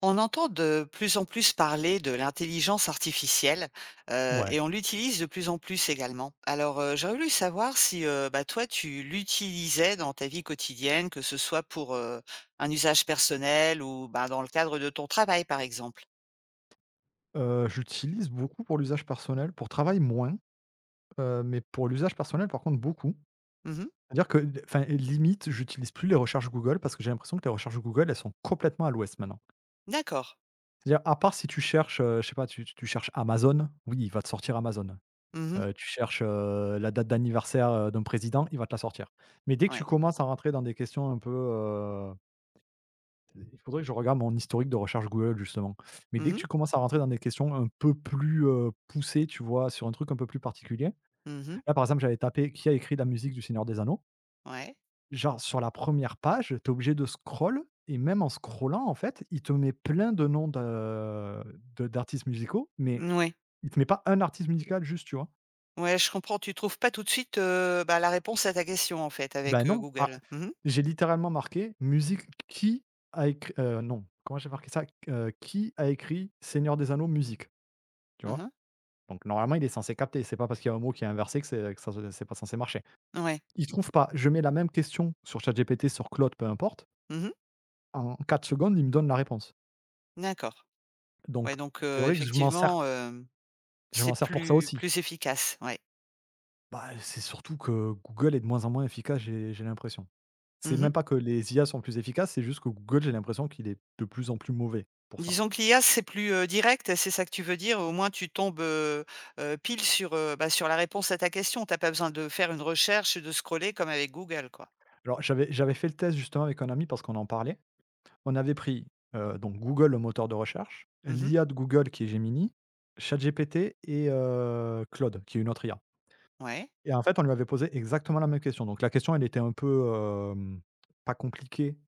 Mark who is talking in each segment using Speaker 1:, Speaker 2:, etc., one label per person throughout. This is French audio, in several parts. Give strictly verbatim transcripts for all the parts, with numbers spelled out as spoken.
Speaker 1: On entend de plus en plus parler de l'intelligence artificielle euh,
Speaker 2: Ouais.
Speaker 1: et on l'utilise de plus en plus également. Alors, euh, j'aurais voulu savoir si euh, bah, toi, tu l'utilisais dans ta vie quotidienne, que ce soit pour euh, un usage personnel ou bah, dans le cadre de ton travail, par exemple.
Speaker 2: Heu, j'utilise beaucoup pour l'usage personnel, pour travail moins, heu, mais pour l'usage personnel par contre beaucoup.
Speaker 1: Mhm.
Speaker 2: C'est-à-dire que enfin, limite, j'utilise plus les recherches Google parce que j'ai l'impression que les recherches Google, elles sont complètement à l'ouest maintenant.
Speaker 1: D'accord.
Speaker 2: C'est-à-dire à part si tu cherches, heu, je sais pas, tu tu cherches Amazon, oui, il va te sortir Amazon.
Speaker 1: Mhm.
Speaker 2: Heu, tu cherches, heu, la date d'anniversaire, heu, d'un président, il va te la sortir. Mais dès que tu
Speaker 1: Ouais.
Speaker 2: commences à rentrer dans des questions un peu, Il faudrait que je regarde mon historique de recherche Google justement. Mais dès
Speaker 1: Mhm.
Speaker 2: que tu commences à rentrer dans des questions un peu plus, heu, poussées, tu vois, sur un truc un peu plus particulier.
Speaker 1: Mhm.
Speaker 2: Là, par exemple, j'avais tapé: «Qui a écrit la musique du Seigneur des Anneaux ?»
Speaker 1: Ouais.
Speaker 2: Genre sur la première page, tu es obligé de scroll et même en scrollant, en fait, il te met plein de noms de de d'artistes musicaux, mais
Speaker 1: Ouais.
Speaker 2: il te met pas un artiste musical juste, tu vois?
Speaker 1: Ouais, je comprends. Tu trouves pas tout de suite euh, bah, la réponse à ta question, en fait,
Speaker 2: Ben
Speaker 1: avec euh,
Speaker 2: non, ah,
Speaker 1: Google. Mhm.
Speaker 2: j'ai littéralement marqué: «Musique qui a écrit» heu, non, comment j'ai marqué ça? Q «Qui a écrit Seigneur des Anneaux musique ?» tu vois?
Speaker 1: Mhm.
Speaker 2: Donc normalement, il est censé capter. C'est pas parce qu'il y a un mot qui est inversé que c'est que ça se c'est pas censé marcher.
Speaker 1: Ouais.
Speaker 2: Il trouve pas. Je mets la même question sur ChatGPT, sur Claude, peu importe.
Speaker 1: Mhm.
Speaker 2: En quatre secondes, il me donne la réponse.
Speaker 1: D'accord.
Speaker 2: Donc
Speaker 1: Ouais, donc
Speaker 2: c'est
Speaker 1: euh,
Speaker 2: vrai que je m'en sers
Speaker 1: effectivement. euh,
Speaker 2: je
Speaker 1: C'est
Speaker 2: m'en sers pour ça
Speaker 1: plus
Speaker 2: aussi.
Speaker 1: plus efficace, ouais.
Speaker 2: Bah, c'est surtout que Google est de moins en moins efficace, j'ai j'ai l'impression. C'est
Speaker 1: Mmh.
Speaker 2: même pas que les I A sont plus efficaces, c'est juste que Google, j'ai l'impression qu'il est de plus en plus mauvais pour ça.
Speaker 1: Disons que l'I A, c'est plus, heu, direct, c'est ça que tu veux dire? Au moins tu tombes, heu heu, pile sur, heu, bah, sur la réponse à ta question. T'as pas besoin de faire une recherche, et de scroller comme avec Google, quoi.
Speaker 2: Alors j'avais j'avais fait le test justement avec un ami parce qu'on en parlait. On avait pris, heu, donc Google, le moteur de recherche,
Speaker 1: Mmh.
Speaker 2: l'I A de Google qui est Gemini, ChatGPT et heu, Claude qui est une autre I A,
Speaker 1: Ouais,
Speaker 2: et en fait, on lui avait posé exactement la même question. Donc la question, elle était un peu, hem, pas compliquée,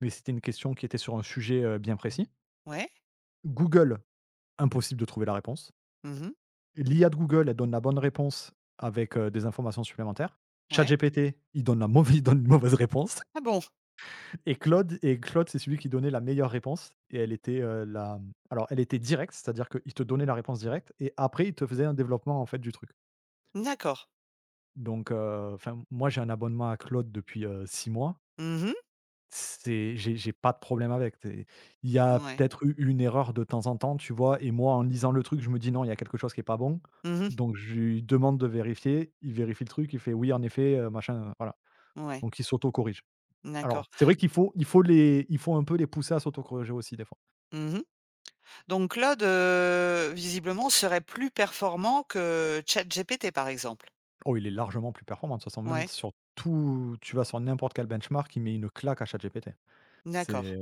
Speaker 2: mais c'était une question qui était sur un sujet, heu, bien précis.
Speaker 1: ouais.
Speaker 2: Google, impossible de trouver la réponse.
Speaker 1: Mmh.
Speaker 2: L'I A de Google, elle donne la bonne réponse avec, heu, des informations supplémentaires.
Speaker 1: Ouais.
Speaker 2: ChatGPT, il donne la mauvaise il donne une mauvaise réponse.
Speaker 1: Ah bon?
Speaker 2: Et Claude et Claude, c'est celui qui donnait la meilleure réponse et elle était, heu, la alors elle était directe, c'est-à-dire qu'il te donnait la réponse directe et après il te faisait un développement, en fait, du truc.
Speaker 1: D'accord.
Speaker 2: Donc heu, enfin, moi j'ai un abonnement à Claude depuis, heu, six mois.
Speaker 1: Mmh.
Speaker 2: C'est j'ai j'ai pas de problème avec. C'est Il y a
Speaker 1: Ouais.
Speaker 2: peut-être eu une erreur de temps en temps, tu vois? Et moi, en lisant le truc, je me dis: «Non, il y a quelque chose qui est pas bon».
Speaker 1: Mmh.
Speaker 2: Donc je lui demande de vérifier, il vérifie le truc, il fait: «Oui, en effet, heu, machin», heu, voilà.
Speaker 1: Ouais.
Speaker 2: Donc il s'auto-corrige. Alors
Speaker 1: D'accord.
Speaker 2: c'est vrai qu'il faut il faut les il faut un peu les pousser à s'auto-corriger aussi des fois.
Speaker 1: Mmh. Donc Claude, heu, visiblement serait plus performant que ChatGPT, par exemple?
Speaker 2: Oh, il est largement plus performant. De toute façon, même
Speaker 1: Ouais.
Speaker 2: sur tout tu vas sur n'importe quel benchmark, il met une claque à ChatGPT. C'est
Speaker 1: D'accord.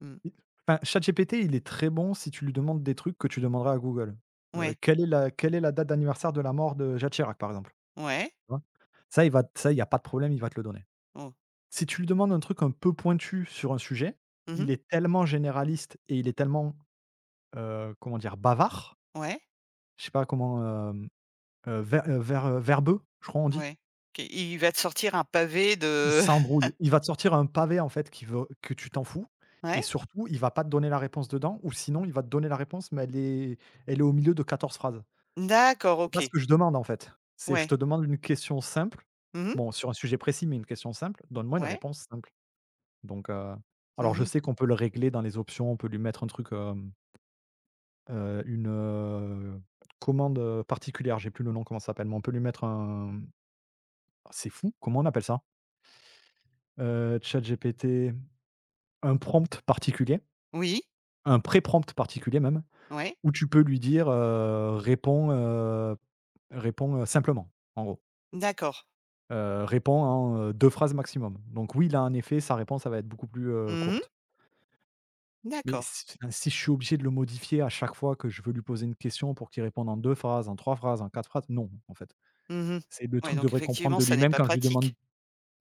Speaker 1: Mmh.
Speaker 2: i enfin, ChatGPT, il est très bon si tu lui demandes des trucs que tu demanderais à Google. Heu,
Speaker 1: Ouais.
Speaker 2: quelle est la quelle est la date d'anniversaire de la mort de Jacques Chirac, par exemple?
Speaker 1: Ouais.
Speaker 2: Tu vois? Ça, il va ça, il y a pas de problème, il va te le donner.
Speaker 1: Oh.
Speaker 2: Si tu lui demandes un truc un peu pointu sur un sujet,
Speaker 1: Mmh.
Speaker 2: il est tellement généraliste et il est tellement, heu, comment dire? Bavard,
Speaker 1: Ouais.
Speaker 2: je sais pas comment, hem, heu, ver heu, ver heu, verbeux, je crois on dit?
Speaker 1: Ouais. OK, il va te sortir un pavé
Speaker 2: Il
Speaker 1: de
Speaker 2: s'embrouille. Il va te sortir un pavé en fait qui veut que tu t'en fous
Speaker 1: ouais?
Speaker 2: et surtout il va pas te donner la réponse dedans ou sinon il va te donner la réponse mais elle est elle est au milieu de quatorze phrases.
Speaker 1: D'accord,
Speaker 2: C'est pas ce
Speaker 1: OK.
Speaker 2: que je demande en fait. C'est Je
Speaker 1: Ouais.
Speaker 2: te demande une question simple,
Speaker 1: Mhm.
Speaker 2: bon sur un sujet précis mais une question simple, donne-moi une
Speaker 1: Ouais.
Speaker 2: réponse simple. Donc heu, alors je
Speaker 1: Mhm.
Speaker 2: sais qu'on peut le régler dans les options, on peut lui mettre un truc, hem, heu, une, heu, commande, heu, particulière, j'ai plus le nom comment ça s'appelle, mais on peut lui mettre un… c'est fou, comment on appelle ça? Heu, ChatGPT, un prompt particulier.
Speaker 1: Oui.
Speaker 2: Un pré-prompt particulier même,
Speaker 1: Ouais.
Speaker 2: où tu peux lui dire, heu: «Réponds, heu, réponds, heu, simplement», en gros.
Speaker 1: D'accord.
Speaker 2: Heu, réponds en, heu, deux phrases maximum. Donc oui, là, en effet, sa réponse, ça va être beaucoup plus, heu,
Speaker 1: Mhm.
Speaker 2: courte. Mais
Speaker 1: D'accord.
Speaker 2: si enfin, si je suis obligé de le modifier à chaque fois que je veux lui poser une question pour qu'il réponde en deux phrases, en trois phrases, en quatre phrases, non, en fait.
Speaker 1: Mhm.
Speaker 2: C'est le
Speaker 1: Ouais,
Speaker 2: truc
Speaker 1: donc
Speaker 2: devrait comprendre
Speaker 1: effectivement,
Speaker 2: de
Speaker 1: ça n'est
Speaker 2: lui-même
Speaker 1: pas
Speaker 2: quand je lui demande.
Speaker 1: pratique.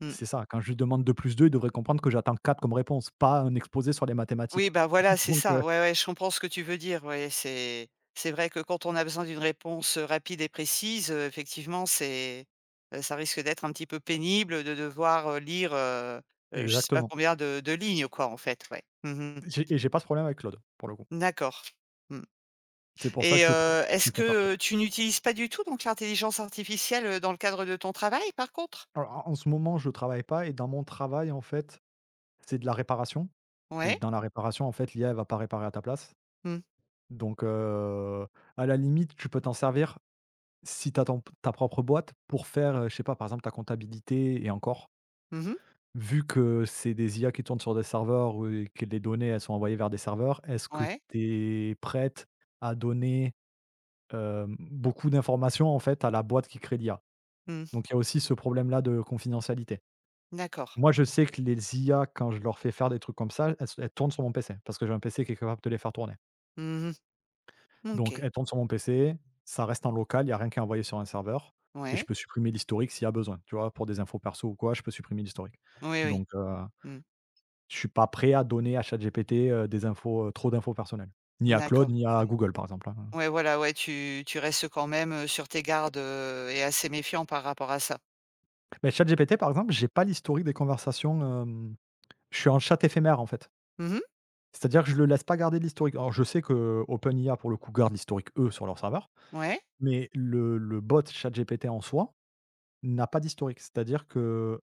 Speaker 1: Mmh.
Speaker 2: c'est ça, Quand je lui demande deux plus deux, il devrait comprendre que j'attends quatre comme réponse, pas un exposé sur les
Speaker 1: Oui,
Speaker 2: mathématiques.
Speaker 1: bah, voilà, c'est
Speaker 2: Donc
Speaker 1: ça.
Speaker 2: heu
Speaker 1: Ouais, ouais, je comprends ce que tu veux dire. Ouais, c'est c'est vrai que quand on a besoin d'une réponse, heu, rapide et précise, heu, effectivement, c'est, heu, ça risque d'être un petit peu pénible de devoir, heu, lire, heu heu, je sais pas
Speaker 2: exactement.
Speaker 1: combien de de lignes, quoi, en fait, ouais. Mhm.
Speaker 2: J'ai et j'ai pas ce problème avec Claude, pour le coup.
Speaker 1: D'accord. Mmh.
Speaker 2: C'est pour ça que
Speaker 1: Et
Speaker 2: je pré
Speaker 1: heu,
Speaker 2: je
Speaker 1: est-ce
Speaker 2: préfère
Speaker 1: que,
Speaker 2: Claude.
Speaker 1: heu, tu n'utilises pas du tout donc l'intelligence artificielle, heu, dans le cadre de ton travail par contre?
Speaker 2: Alors en en ce moment, je travaille pas, et dans mon travail, en fait, c'est de la réparation, et
Speaker 1: Ouais.
Speaker 2: dans la réparation, en fait, l'I A, elle va pas réparer à ta place.
Speaker 1: Mmh.
Speaker 2: Donc heu, à la limite, tu peux t'en servir si tu as ta propre boîte pour faire, heu, je sais pas, par exemple, ta comptabilité. Et encore,
Speaker 1: Mmh.
Speaker 2: vu que c'est des I A qui tournent sur des serveurs, heu et que les données, elles sont envoyées vers des serveurs, est-ce que
Speaker 1: Ouais.
Speaker 2: tu es prête à donner, hem, beaucoup d'informations, en fait, à la boîte qui crée l'I A?
Speaker 1: Mmh.
Speaker 2: Donc il y a aussi ce problème-là de confidentialité.
Speaker 1: D'accord.
Speaker 2: Moi, je sais que les I A, quand je leur fais faire des trucs comme ça, elles se elles tournent sur mon P C, parce que j'ai un P C qui est capable de les faire tourner.
Speaker 1: Mmh.
Speaker 2: Donc
Speaker 1: OK.
Speaker 2: elles tournent sur mon P C, ça reste en local, il y a rien qui est envoyé sur un serveur et je
Speaker 1: Ouais.
Speaker 2: peux supprimer l'historique s'il y a besoin, tu vois? Pour des infos perso ou quoi, je peux supprimer l'historique.
Speaker 1: Oui, oui.
Speaker 2: Donc heu,
Speaker 1: Mmh.
Speaker 2: je suis pas prêt à donner à ChatGPT, heu, des infos, heu, trop d'infos personnelles. Ni à Claude,
Speaker 1: D'accord.
Speaker 2: ni à
Speaker 1: Ouais.
Speaker 2: Google, par exemple, hein.
Speaker 1: Ouais, voilà, ouais, tu tu restes quand même, heu, sur tes gardes, heu et assez méfiant par rapport à ça.
Speaker 2: Mais ChatGPT, par exemple, j'ai pas l'historique des conversations, hem, je suis en chat éphémère, en fait.
Speaker 1: Mmh.
Speaker 2: C'est-à-dire que je le laisse pas garder de l'historique. Alors je sais que qu'OpenIA, pour le coup, garde l'historique, eux, sur leur serveur.
Speaker 1: Ouais.
Speaker 2: Mais le le bot ChatGPT en soi n'a pas d'historique. C'est-à-dire que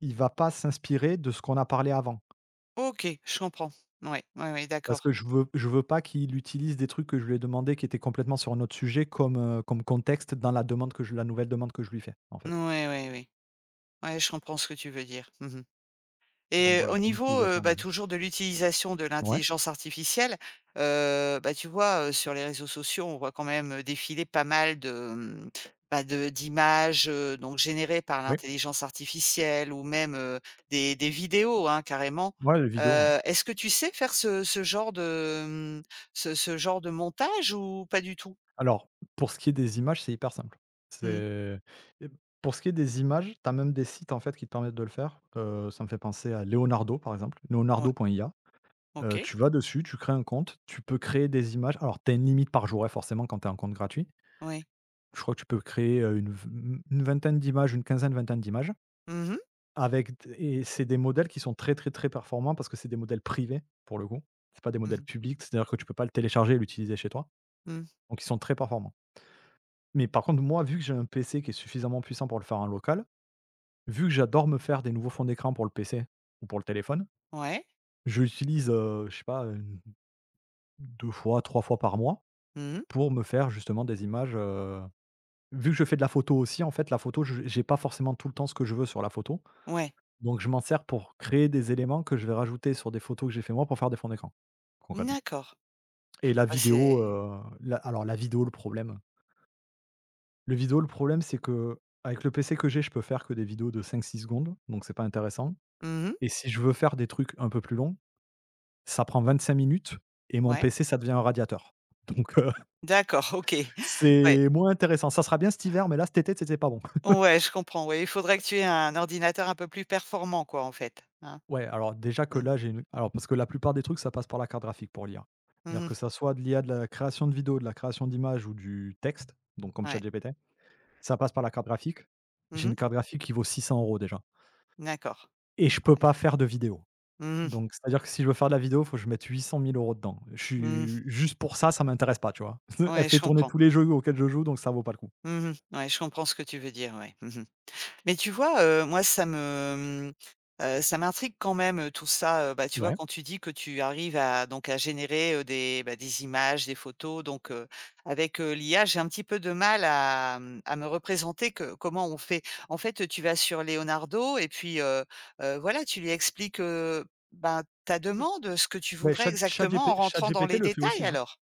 Speaker 2: il va pas s'inspirer de ce qu'on a parlé avant.
Speaker 1: OK, je comprends. Ouais, ouais, ouais,
Speaker 2: Parce que
Speaker 1: d'accord.
Speaker 2: je veux je veux pas qu'il utilise des trucs que je lui ai demandé qui étaient complètement sur un autre sujet comme, heu, comme contexte dans la demande que je la nouvelle demande que je lui fais, en
Speaker 1: Ouais,
Speaker 2: fait.
Speaker 1: ouais, ouais. Ouais, je comprends ce que tu veux dire. Mmh.
Speaker 2: Donc
Speaker 1: Et
Speaker 2: voilà,
Speaker 1: au
Speaker 2: c'est une
Speaker 1: niveau, heu,
Speaker 2: utilisation
Speaker 1: bah,
Speaker 2: mmh.
Speaker 1: toujours de l'utilisation de
Speaker 2: Ouais,
Speaker 1: l'intelligence artificielle, heu, bah, tu vois, heu, sur les réseaux sociaux, on voit quand même, heu, défiler pas mal de, mmh, bah, de d'images, heu, donc générées par
Speaker 2: oui,
Speaker 1: l'intelligence artificielle ou même, heu, des des vidéos, hein, carrément.
Speaker 2: ouais, les vidéos, ouais.
Speaker 1: Heu, est-ce que tu sais faire ce ce genre de, mmh, ce ce genre de montage ou pas du tout?
Speaker 2: Alors, pour ce qui est des images, c'est hyper simple.
Speaker 1: Mmh.
Speaker 2: C'est et Pour ce qui est des images, tu as même des sites, en fait, qui te permettent de le faire. Heu, ça me fait penser à Leonardo, par exemple,
Speaker 1: Ouais.
Speaker 2: leonardo point i a. Heu,
Speaker 1: OK.
Speaker 2: tu vas dessus, tu crées un compte, tu peux créer des images. Alors, tu as une limite par jour, hein, forcément, quand tu as un compte gratuit.
Speaker 1: Oui.
Speaker 2: Je crois que tu peux créer, heu, une v une vingtaine d'images, une quinzaine-vingtaine d'images
Speaker 1: Mmh mh.
Speaker 2: avec d et c'est des modèles qui sont très, très, très performants parce que c'est des modèles privés, pour le coup. C'est pas des
Speaker 1: Mmh
Speaker 2: modèles
Speaker 1: mh.
Speaker 2: publics, c'est-à-dire que tu peux pas le télécharger et l'utiliser chez toi,
Speaker 1: Mmh.
Speaker 2: donc ils sont très performants. Mais par contre, moi, vu que j'ai un P C qui est suffisamment puissant pour le faire en local, vu que j'adore me faire des nouveaux fonds d'écran pour le P C ou pour le téléphone,
Speaker 1: Ouais.
Speaker 2: je l'utilise, heu, je sais pas, heu, deux fois, trois fois par mois.
Speaker 1: Mmh mh.
Speaker 2: Pour me faire justement des images, heu, vu que je fais de la photo aussi, en fait, la photo, je j'ai pas forcément tout le temps ce que je veux sur la photo,
Speaker 1: Ouais.
Speaker 2: donc je m'en sers pour créer des éléments que je vais rajouter sur des photos que j'ai fait moi pour faire des fonds d'écran, concrètement.
Speaker 1: D'accord.
Speaker 2: Et la
Speaker 1: Ah,
Speaker 2: vidéo,
Speaker 1: c'est
Speaker 2: heu, la alors la vidéo, le problème le vidéo, le problème, c'est que avec le P C que j'ai, je peux faire que des vidéos de cinq six secondes, donc c'est pas intéressant.
Speaker 1: mmh mh.
Speaker 2: Et si je veux faire des trucs un peu plus longs, ça prend vingt-cinq minutes et mon
Speaker 1: Ouais.
Speaker 2: P C, ça devient un radiateur, donc heu,
Speaker 1: D'accord, OK. Ouais.
Speaker 2: c'est moins intéressant. Ça sera bien cet hiver, mais là, cet été, c'était pas bon.
Speaker 1: Ouais, je comprends, ouais, il faudrait que tu aies un ordinateur un peu plus performant, quoi, en fait, hein?
Speaker 2: Ouais, alors déjà que
Speaker 1: Mmh.
Speaker 2: là, j'ai une alors parce que la plupart des trucs, ça passe par la carte graphique pour l'I A. C'est-à-dire
Speaker 1: Mmh.
Speaker 2: que ça soit de l'I A de la création de vidéos, de la création d'images ou du texte, donc comme
Speaker 1: Ouais.
Speaker 2: ChatGPT, ça passe par la carte graphique. J'ai
Speaker 1: Mmh.
Speaker 2: une carte graphique qui vaut six cents euros déjà
Speaker 1: D'accord.
Speaker 2: et je peux pas faire de vidéo.
Speaker 1: Mmh mh.
Speaker 2: Donc c'est-à-dire que si je veux faire de la vidéo, il faut que je mette huit cent mille euros dedans. Je
Speaker 1: Mmh.
Speaker 2: suis juste pour ça, ça m'intéresse pas, tu vois? Elle
Speaker 1: Ouais, je
Speaker 2: fait tourner
Speaker 1: comprends.
Speaker 2: tous les jeux auxquels je joue, donc ça vaut pas le coup.
Speaker 1: Mmh. Ouais, je comprends ce que tu veux dire, ouais. Mmh. Mais tu vois, heu, moi ça me, mmh, ça m'intrigue quand même, heu, tout ça, heu, bah, tu vois,
Speaker 2: Ouais.
Speaker 1: quand tu dis que tu arrives à donc à générer, heu, des, bah, des images, des photos donc heu, avec, heu, l'I A, j'ai un petit peu de mal à, mmh, à me représenter que comment on fait. En fait, tu vas sur Leonardo et puis, heu heu, voilà, tu lui expliques, heu, ben, ta demande, ce que tu
Speaker 2: mais
Speaker 1: voudrais
Speaker 2: Chat
Speaker 1: exactement
Speaker 2: ChatGP
Speaker 1: en rentrant dans
Speaker 2: ChatGPT
Speaker 1: les
Speaker 2: le fait aussi,
Speaker 1: détails
Speaker 2: hein.
Speaker 1: alors?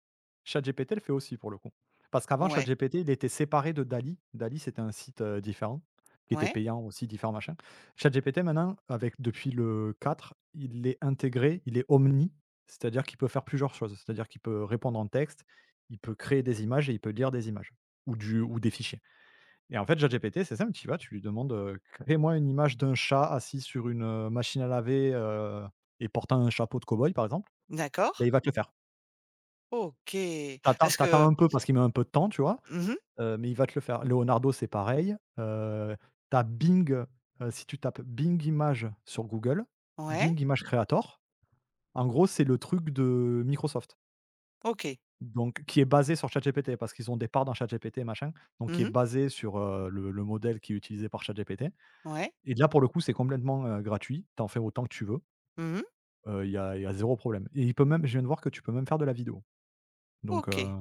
Speaker 2: ChatGPT le fait aussi pour le coup. Parce qu'avant
Speaker 1: Ouais,
Speaker 2: ChatGPT, il était séparé de DALL-E. C'était un site, heu, différent, qui était
Speaker 1: ouais,
Speaker 2: payant aussi, différents machins. ChatGPT maintenant, avec depuis le quatre il est intégré, il est omni, c'est-à-dire qu'il peut faire plusieurs choses. C'est-à-dire qu'il peut répondre en texte, il peut créer des images et il peut lire des images ou du ou des fichiers. Et en fait, ChatGPT, c'est simple, tu y vas, tu lui demandes, heu: «Crée-moi une image d'un chat assis sur une, heu, machine à laver, heu, et portant un chapeau de cow-boy», par exemple.
Speaker 1: d'accord.
Speaker 2: ben il va te le faire.
Speaker 1: OK.
Speaker 2: T'attends
Speaker 1: Parce
Speaker 2: t'attends
Speaker 1: que
Speaker 2: un peu parce qu'il met un peu de temps, tu vois?
Speaker 1: mmh
Speaker 2: Heu, mais il va te le faire. Leonardo, c'est pareil, heu, tu Bing, heu, si tu tapes Bing Images sur Google,
Speaker 1: ouais,
Speaker 2: Bing Image Creator, en gros, c'est le truc de Microsoft,
Speaker 1: OK.
Speaker 2: donc qui est basé sur ChatGPT parce qu'ils ont des parts dans ChatGPT, machin, donc qui est
Speaker 1: Mmh.
Speaker 2: basé sur, heu, le le modèle qui est utilisé par ChatGPT.
Speaker 1: Ouais.
Speaker 2: Et là, pour le coup, c'est complètement, heu, gratuit. T'en fais autant que tu veux.
Speaker 1: Mmh.
Speaker 2: Euh, il y a il y a zéro problème et il peut même je viens de voir que tu peux même faire de la vidéo, donc
Speaker 1: OK.
Speaker 2: heu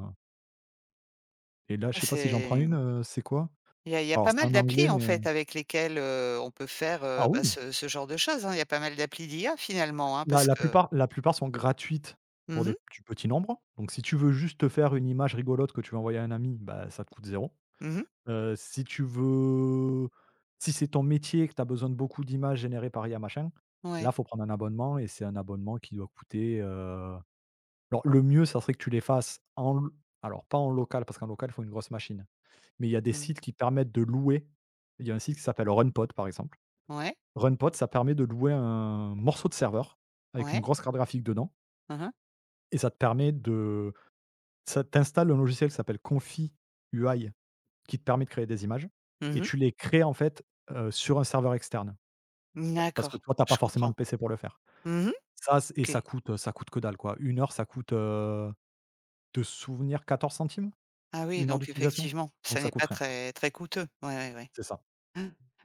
Speaker 2: et là,
Speaker 1: Ah
Speaker 2: je sais pas si j'en prends
Speaker 1: c'est
Speaker 2: une, heu, c'est quoi?
Speaker 1: il y a il y a
Speaker 2: Alors,
Speaker 1: pas
Speaker 2: c'est
Speaker 1: mal
Speaker 2: en anglais,
Speaker 1: d'applis, en
Speaker 2: mais
Speaker 1: fait, avec lesquelles, heu, on peut faire, heu,
Speaker 2: ah
Speaker 1: bah,
Speaker 2: oui!
Speaker 1: ce ce genre de choses, hein. Il y a pas mal d'applis d'I A finalement, hein,
Speaker 2: La
Speaker 1: parce
Speaker 2: la
Speaker 1: que
Speaker 2: plupart la plupart sont gratuites pour
Speaker 1: mmh mh,
Speaker 2: des du petit nombre. Donc si tu veux juste te faire une image rigolote que tu veux envoyer à un ami, bah, ça te coûte zéro.
Speaker 1: mmh
Speaker 2: Heu, si tu veux Si c'est ton métier et que tu as besoin de beaucoup d'images générées par I A machin,
Speaker 1: ouais,
Speaker 2: là, faut prendre un abonnement et c'est un abonnement qui doit coûter, heu alors le mieux, ça serait que tu les fasses en l alors pas en local parce qu'en local, il faut une grosse machine. Mais il y a des sites
Speaker 1: mmh,
Speaker 2: qui permettent de louer. Il y a un site qui s'appelle RunPod, par exemple.
Speaker 1: ouais,
Speaker 2: RunPod, ça permet de louer un morceau de serveur avec une
Speaker 1: ouais.
Speaker 2: grosse carte graphique dedans.
Speaker 1: Mmh mh,
Speaker 2: Et ça te permet de Ça t'installe un logiciel qui s'appelle Confi U I, qui te permet de créer des images et
Speaker 1: mmh.
Speaker 2: tu les crées, en fait, heu, sur un serveur externe. Parce que
Speaker 1: D'accord,
Speaker 2: toi, t'as pas
Speaker 1: je
Speaker 2: forcément le
Speaker 1: comprends.
Speaker 2: P C pour le faire.
Speaker 1: Mmh.
Speaker 2: Ça c et ça
Speaker 1: OK.
Speaker 2: coûte, ça coûte que dalle, quoi. Une heure, ça coûte, heu, de souvenir quatorze centimes?
Speaker 1: Ah oui,
Speaker 2: Une heure
Speaker 1: donc
Speaker 2: d'utilisation?
Speaker 1: effectivement,
Speaker 2: Donc
Speaker 1: ça
Speaker 2: ça
Speaker 1: n'est
Speaker 2: coûte
Speaker 1: pas
Speaker 2: rien.
Speaker 1: très très coûteux. Ouais, ouais, ouais.
Speaker 2: C'est ça.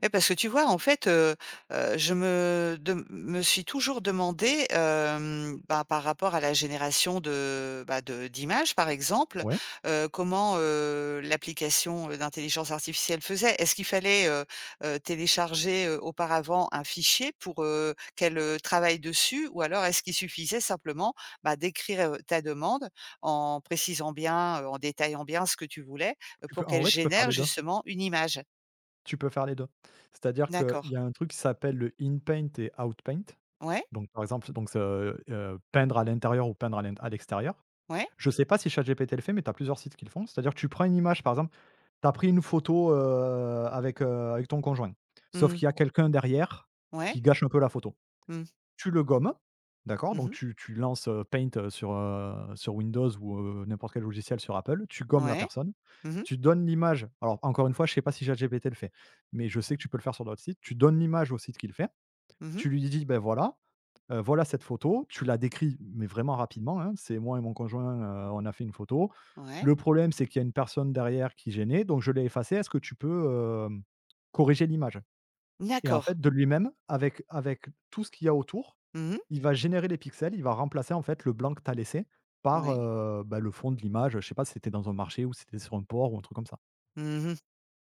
Speaker 1: Ouais, parce que tu vois, en fait, heu heu, je me dem me suis toujours demandé, hem, bah, par rapport à la génération de, bah, de d'images, par exemple,
Speaker 2: Ouais.
Speaker 1: heu, comment, heu, l'application, euh, d'intelligence artificielle faisait. Est-ce qu'il fallait, heu heu, télécharger, heu, auparavant un fichier pour, heu, qu'elle, heu, travaille dessus? Ou alors est-ce qu'il suffisait simplement, bah, d'écrire, heu, ta demande en précisant bien, heu, en détaillant bien ce que tu voulais, heu,
Speaker 2: Tu
Speaker 1: pour
Speaker 2: peux en
Speaker 1: qu'elle
Speaker 2: vrai, tu peux faire
Speaker 1: génère
Speaker 2: les deux.
Speaker 1: justement une image?
Speaker 2: Tu peux faire les deux C'est-à-dire qu'il
Speaker 1: D'accord.
Speaker 2: y a un truc qui s'appelle le in paint et out paint.
Speaker 1: Ouais.
Speaker 2: Donc par exemple, donc c'est, heu heu, peindre à l'intérieur ou peindre à l'int à l'extérieur.
Speaker 1: Ouais.
Speaker 2: Je sais pas si ChatGPT le fait, mais tu as plusieurs sites qui le font. C'est-à-dire que tu prends une image, par exemple, tu as pris une photo, heu, avec, heu, avec ton conjoint. Sauf
Speaker 1: Mmh.
Speaker 2: qu'il y a quelqu'un derrière
Speaker 1: Ouais.
Speaker 2: qui gâche un peu la photo.
Speaker 1: Mmh.
Speaker 2: Tu le gommes, d'accord? Donc
Speaker 1: Mhm.
Speaker 2: tu tu lances, heu, Paint, heu, sur, heu, sur Windows ou, heu, n'importe quel logiciel sur Apple. Tu gommes la
Speaker 1: Ouais.
Speaker 2: personne.
Speaker 1: Mhm. Mhm.
Speaker 2: Tu donnes l'image, alors encore une fois, je sais pas si ChatGPT le fait, mais je sais que tu peux le faire sur d'autres sites. Tu donnes l'image au site qui le fait. Tu lui dis: «Ben voilà, heu, voilà cette photo». Tu la décris, mais vraiment rapidement, hein. C'est moi et mon conjoint, heu, on a fait une photo.
Speaker 1: Ouais.
Speaker 2: Le problème, c'est qu'il y a une personne derrière qui gênait, donc je l'ai effacée. Est-ce que tu peux, hem, corriger l'image? Et en
Speaker 1: D'accord.
Speaker 2: fait, de lui-même, avec avec tout ce qu'il y a autour,
Speaker 1: Mhm.
Speaker 2: il va générer les pixels, il va remplacer, en fait, le blanc que tu as laissé par,
Speaker 1: Ouais.
Speaker 2: heu, bah, le fond de l'image. Je sais pas si c'était dans un marché ou si c'était sur un port ou un truc comme ça.
Speaker 1: Mhm.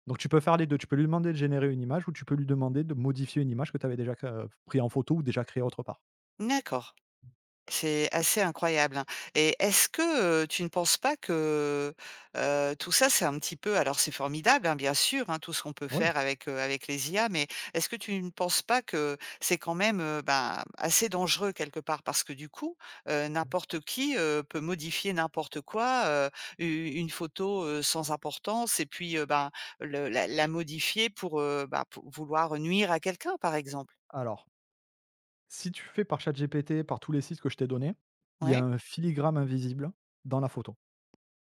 Speaker 2: Donc tu peux faire les deux. Tu peux lui demander de générer une image ou tu peux lui demander de modifier une image que tu avais déjà c pris en photo ou déjà créée autre part.
Speaker 1: D'accord. C'est assez incroyable, hein. Et est-ce que, heu, tu ne penses pas que, heu, tout ça, c'est un petit peu alors c'est formidable, hein, bien sûr, hein, tout ce qu'on peut
Speaker 2: Oui.
Speaker 1: faire avec, heu, avec les I A, mais est-ce que tu ne penses pas que c'est quand même, heu, ben, assez dangereux quelque part? Parce que du coup, heu, n'importe qui, heu, peut modifier n'importe quoi, heu, u une photo, heu, sans importance et puis, heu, ben, le la la modifier pour, heu, bah, pour vouloir nuire à quelqu'un, par exemple?
Speaker 2: Alors, si tu fais par ChatGPT, par tous les sites que je t'ai donnés, il y a
Speaker 1: Ouais?
Speaker 2: un filigrane invisible dans la photo,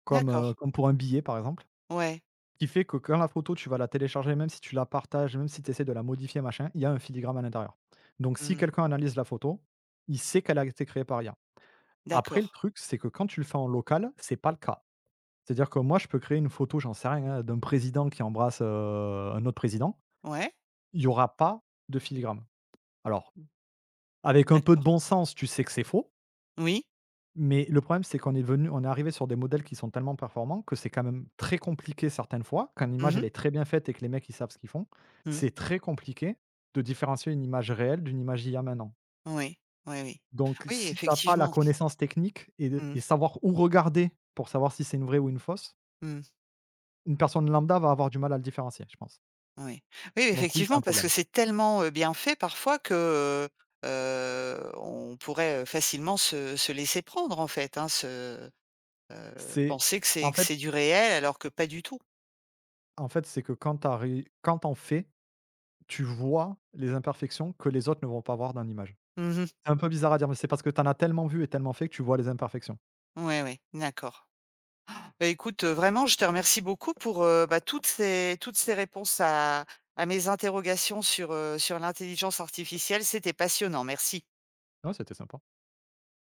Speaker 2: comme, heu,
Speaker 1: D'accord.
Speaker 2: comme pour un billet, par exemple.
Speaker 1: Ouais.
Speaker 2: Qui fait que quand la photo, tu vas la télécharger, même si tu la partages, même si tu essaies de la modifier, machin, il y a un filigrane à l'intérieur. Donc si
Speaker 1: Mmh.
Speaker 2: quelqu'un analyse la photo, il sait qu'elle a été créée par I A. Après, le
Speaker 1: D'accord.
Speaker 2: truc, c'est que quand tu le fais en local, c'est pas le cas. C'est-à-dire que moi, je peux créer une photo, j'en sais rien, hein, d'un président qui embrasse euh, un autre président.
Speaker 1: Ouais.
Speaker 2: Il n'y aura pas de filigrane. Alors,
Speaker 1: Mmh.
Speaker 2: avec un peu de
Speaker 1: D'accord.
Speaker 2: bon sens, tu sais que c'est faux.
Speaker 1: Oui.
Speaker 2: Mais le problème, c'est qu'on est venu, on est arrivé sur des modèles qui sont tellement performants que c'est quand même très compliqué certaines fois, quand
Speaker 1: Mmh
Speaker 2: l'image
Speaker 1: mh.
Speaker 2: elle est très bien faite et que les mecs ils savent ce qu'ils font,
Speaker 1: Mmh.
Speaker 2: c'est très compliqué de différencier une image réelle d'une image d'il y a maintenant.
Speaker 1: Oui. Oui, oui.
Speaker 2: Donc
Speaker 1: Oui,
Speaker 2: si t'as pas la
Speaker 1: effectivement.
Speaker 2: connaissance technique et de et
Speaker 1: Mmh.
Speaker 2: savoir où regarder pour savoir si c'est une vraie ou une fausse,
Speaker 1: Mmh.
Speaker 2: une personne lambda va avoir du mal à le différencier, je pense.
Speaker 1: Oui. Oui,
Speaker 2: Donc oui, c'est
Speaker 1: effectivement,
Speaker 2: un
Speaker 1: parce que
Speaker 2: problème.
Speaker 1: c'est tellement, heu, bien fait parfois que, heu on pourrait, heu, facilement se se laisser prendre en fait, hein, se heu,
Speaker 2: C'est
Speaker 1: penser que
Speaker 2: en
Speaker 1: c'est que
Speaker 2: fait
Speaker 1: c'est du réel alors que pas du tout.
Speaker 2: En fait, c'est que quand tu ré quand tu fais, tu vois les imperfections que les autres ne vont pas voir dans l'image.
Speaker 1: Mmh. Oui.
Speaker 2: C'est un peu bizarre à dire, mais c'est parce que tu en as tellement vu et tellement fait que tu vois les imperfections.
Speaker 1: Ouais, ouais, d'accord. Bah, écoute, heu, vraiment, je te remercie beaucoup pour, heu, bah, toutes ces toutes ces réponses à à mes interrogations sur, heu, sur l'intelligence artificielle. C'était passionnant. Merci.
Speaker 2: Ouais, c'était sympa.